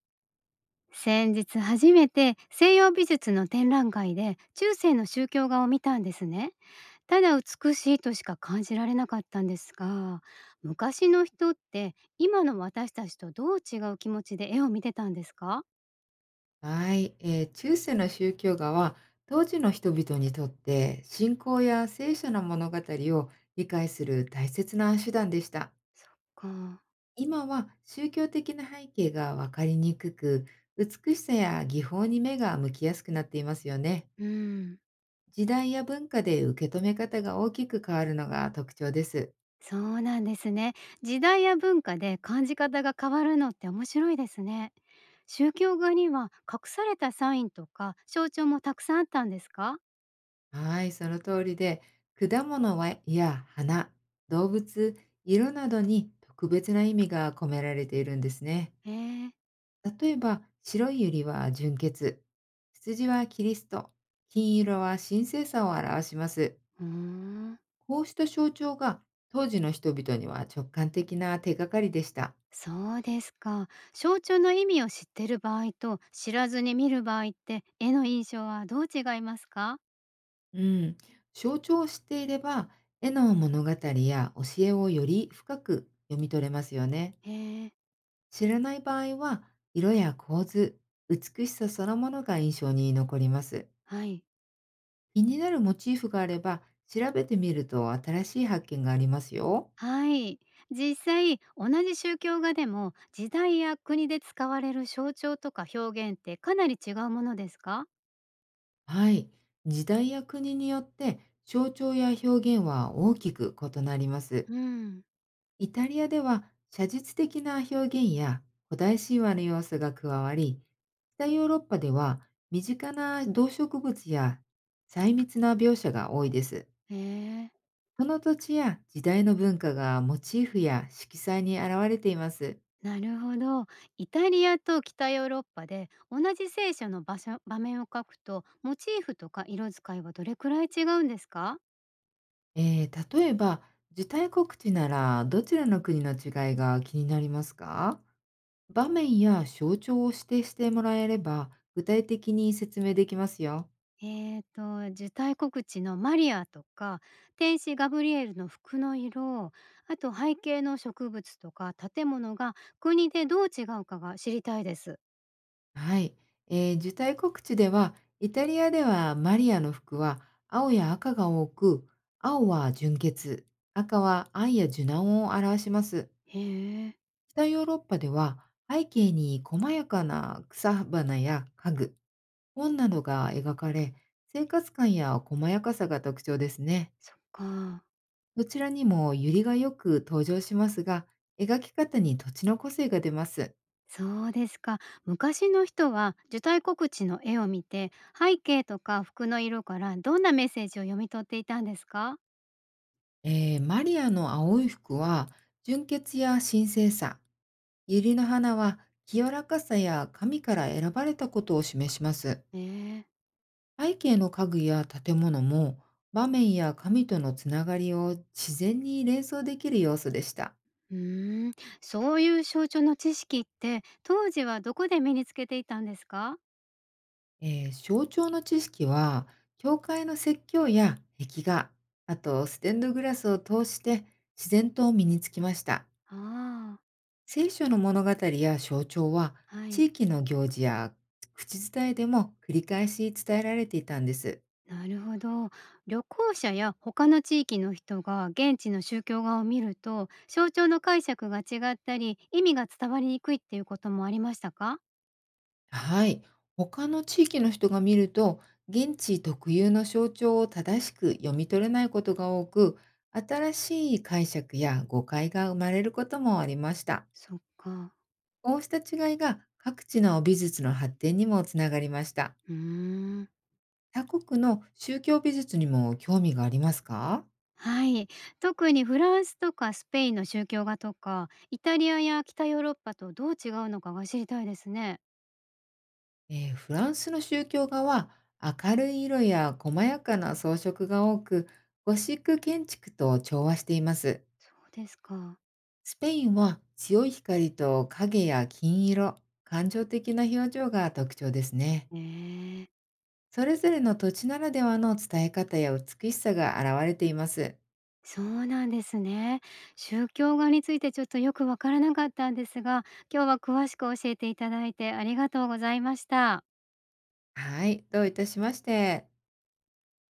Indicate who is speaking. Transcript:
Speaker 1: 先日初めて西洋美術の展覧会で中世の宗教画を見たんですね。ただ美しいとしか感じられなかったんですが、昔の人って今の私たちとどう違う気持ちで絵を見てたんですか？
Speaker 2: はい、中世の宗教画は当時の人々にとって信仰や聖書の物語を理解する大切な手段でした。
Speaker 1: そっか。
Speaker 2: 今は宗教的な背景が分かりにくく、美しさや技法に目が向きやすくなっていますよね。
Speaker 1: うん。
Speaker 2: 時代や文化で受け止め方が大きく変わるのが特徴です。
Speaker 1: そうなんですね。時代や文化で感じ方が変わるのって面白いですね。宗教画には隠されたサインとか象徴もたくさんあったんですか？
Speaker 2: はい、その通りで、果物はや花、動物、色などに特別な意味が込められているんですね。
Speaker 1: ええー。
Speaker 2: 例えば、白いユリは純血、羊はキリスト、金色は神聖さを表します。
Speaker 1: うーん。
Speaker 2: こうした象徴が当時の人々には直感的な手がかりでした。
Speaker 1: そうですか。象徴の意味を知ってる場合と知らずに見る場合って絵の印象はどう違いますか？
Speaker 2: うん、象徴を知っていれば、絵の物語や教えをより深く読み取れますよね。
Speaker 1: へえ、
Speaker 2: 知らない場合は、色や構図、美しさそのものが印象に残ります。
Speaker 1: はい。
Speaker 2: 気になるモチーフがあれば、調べてみると新しい発見がありますよ。
Speaker 1: はい。実際、同じ宗教画でも時代や国で使われる象徴とか表現ってかなり違うものですか？
Speaker 2: はい。時代や国によって象徴や表現は大きく異なります。
Speaker 1: うん。
Speaker 2: イタリアでは写実的な表現や古代神話の要素が加わり、北ヨーロッパでは身近な動植物や細密な描写が多いです。
Speaker 1: へえ、
Speaker 2: その土地や時代の文化がモチーフや色彩に現れています。
Speaker 1: なるほど。イタリアと北ヨーロッパで同じ聖書の場所場面を描くとモチーフとか色使いはどれくらい違うんですか？
Speaker 2: 例えば、受胎告知ならどちらの国の違いが気になりますか？場面や象徴を指定してもらえれば、具体的に説明できますよ。
Speaker 1: 受胎告知のマリアとか、天使ガブリエルの服の色、あと背景の植物とか建物が国でどう違うかが知りたいです。
Speaker 2: はい。受胎告知では、イタリアではマリアの服は青や赤が多く、青は純血、赤は愛や受難を表します。
Speaker 1: へえ。
Speaker 2: 北ヨーロッパでは、背景に細やかな草花や家具、本などが描かれ、生活感や細やかさが特徴ですね。
Speaker 1: そっか。
Speaker 2: どちらにも百合がよく登場しますが、描き方に土地の個性が出ます。
Speaker 1: そうですか。昔の人は受胎告知の絵を見て、背景とか服の色からどんなメッセージを読み取っていたんですか？
Speaker 2: マリアの青い服は純潔や神聖さ、百合の花は清らかさや神から選ばれたことを示します。
Speaker 1: えー、
Speaker 2: 背景の家具や建物も場面や神とのつながりを自然に連想できる要素でした。
Speaker 1: うーん、そういう象徴の知識って当時はどこで身につけていたんですか？
Speaker 2: 象徴の知識は、教会の説教や壁画、あとステンドグラスを通して自然と身につきました。
Speaker 1: ああ
Speaker 2: 聖書の物語や象徴は、
Speaker 1: ー、は
Speaker 2: 地
Speaker 1: い。
Speaker 2: 域の行事や口伝えでも繰り返し伝えられていたんです。
Speaker 1: なるほど。旅行者や他の地域の人が現地の宗教画を見ると、象徴の解釈が違ったり、意味が伝わりにくいっていうこともありましたか？
Speaker 2: はい。他の地域の人が見ると、現地特有の象徴を正しく読み取れないことが多く、新しい解釈や誤解が生まれることもありました。
Speaker 1: そっか。
Speaker 2: こうした違いが各地の美術の発展にもつながりました。
Speaker 1: うーん。
Speaker 2: 他国の宗教美術にも興味がありますか？
Speaker 1: はい。特にフランスとかスペインの宗教画とか、イタリアや北ヨーロッパとどう違うのかが知りたいですね。
Speaker 2: フランスの宗教画は明るい色や細やかな装飾が多く、ゴシック建築と調和しています。
Speaker 1: そうですか。
Speaker 2: スペインは強い光と影や金色、感情的な表情が特徴ですね。
Speaker 1: ねえ。
Speaker 2: それぞれの土地ならではの伝え方や美しさが現れています。
Speaker 1: そうなんですね。宗教画についてちょっとよくわからなかったんですが、今日は詳しく教えていただいてありがとうございました。
Speaker 2: はい、どういたしまして。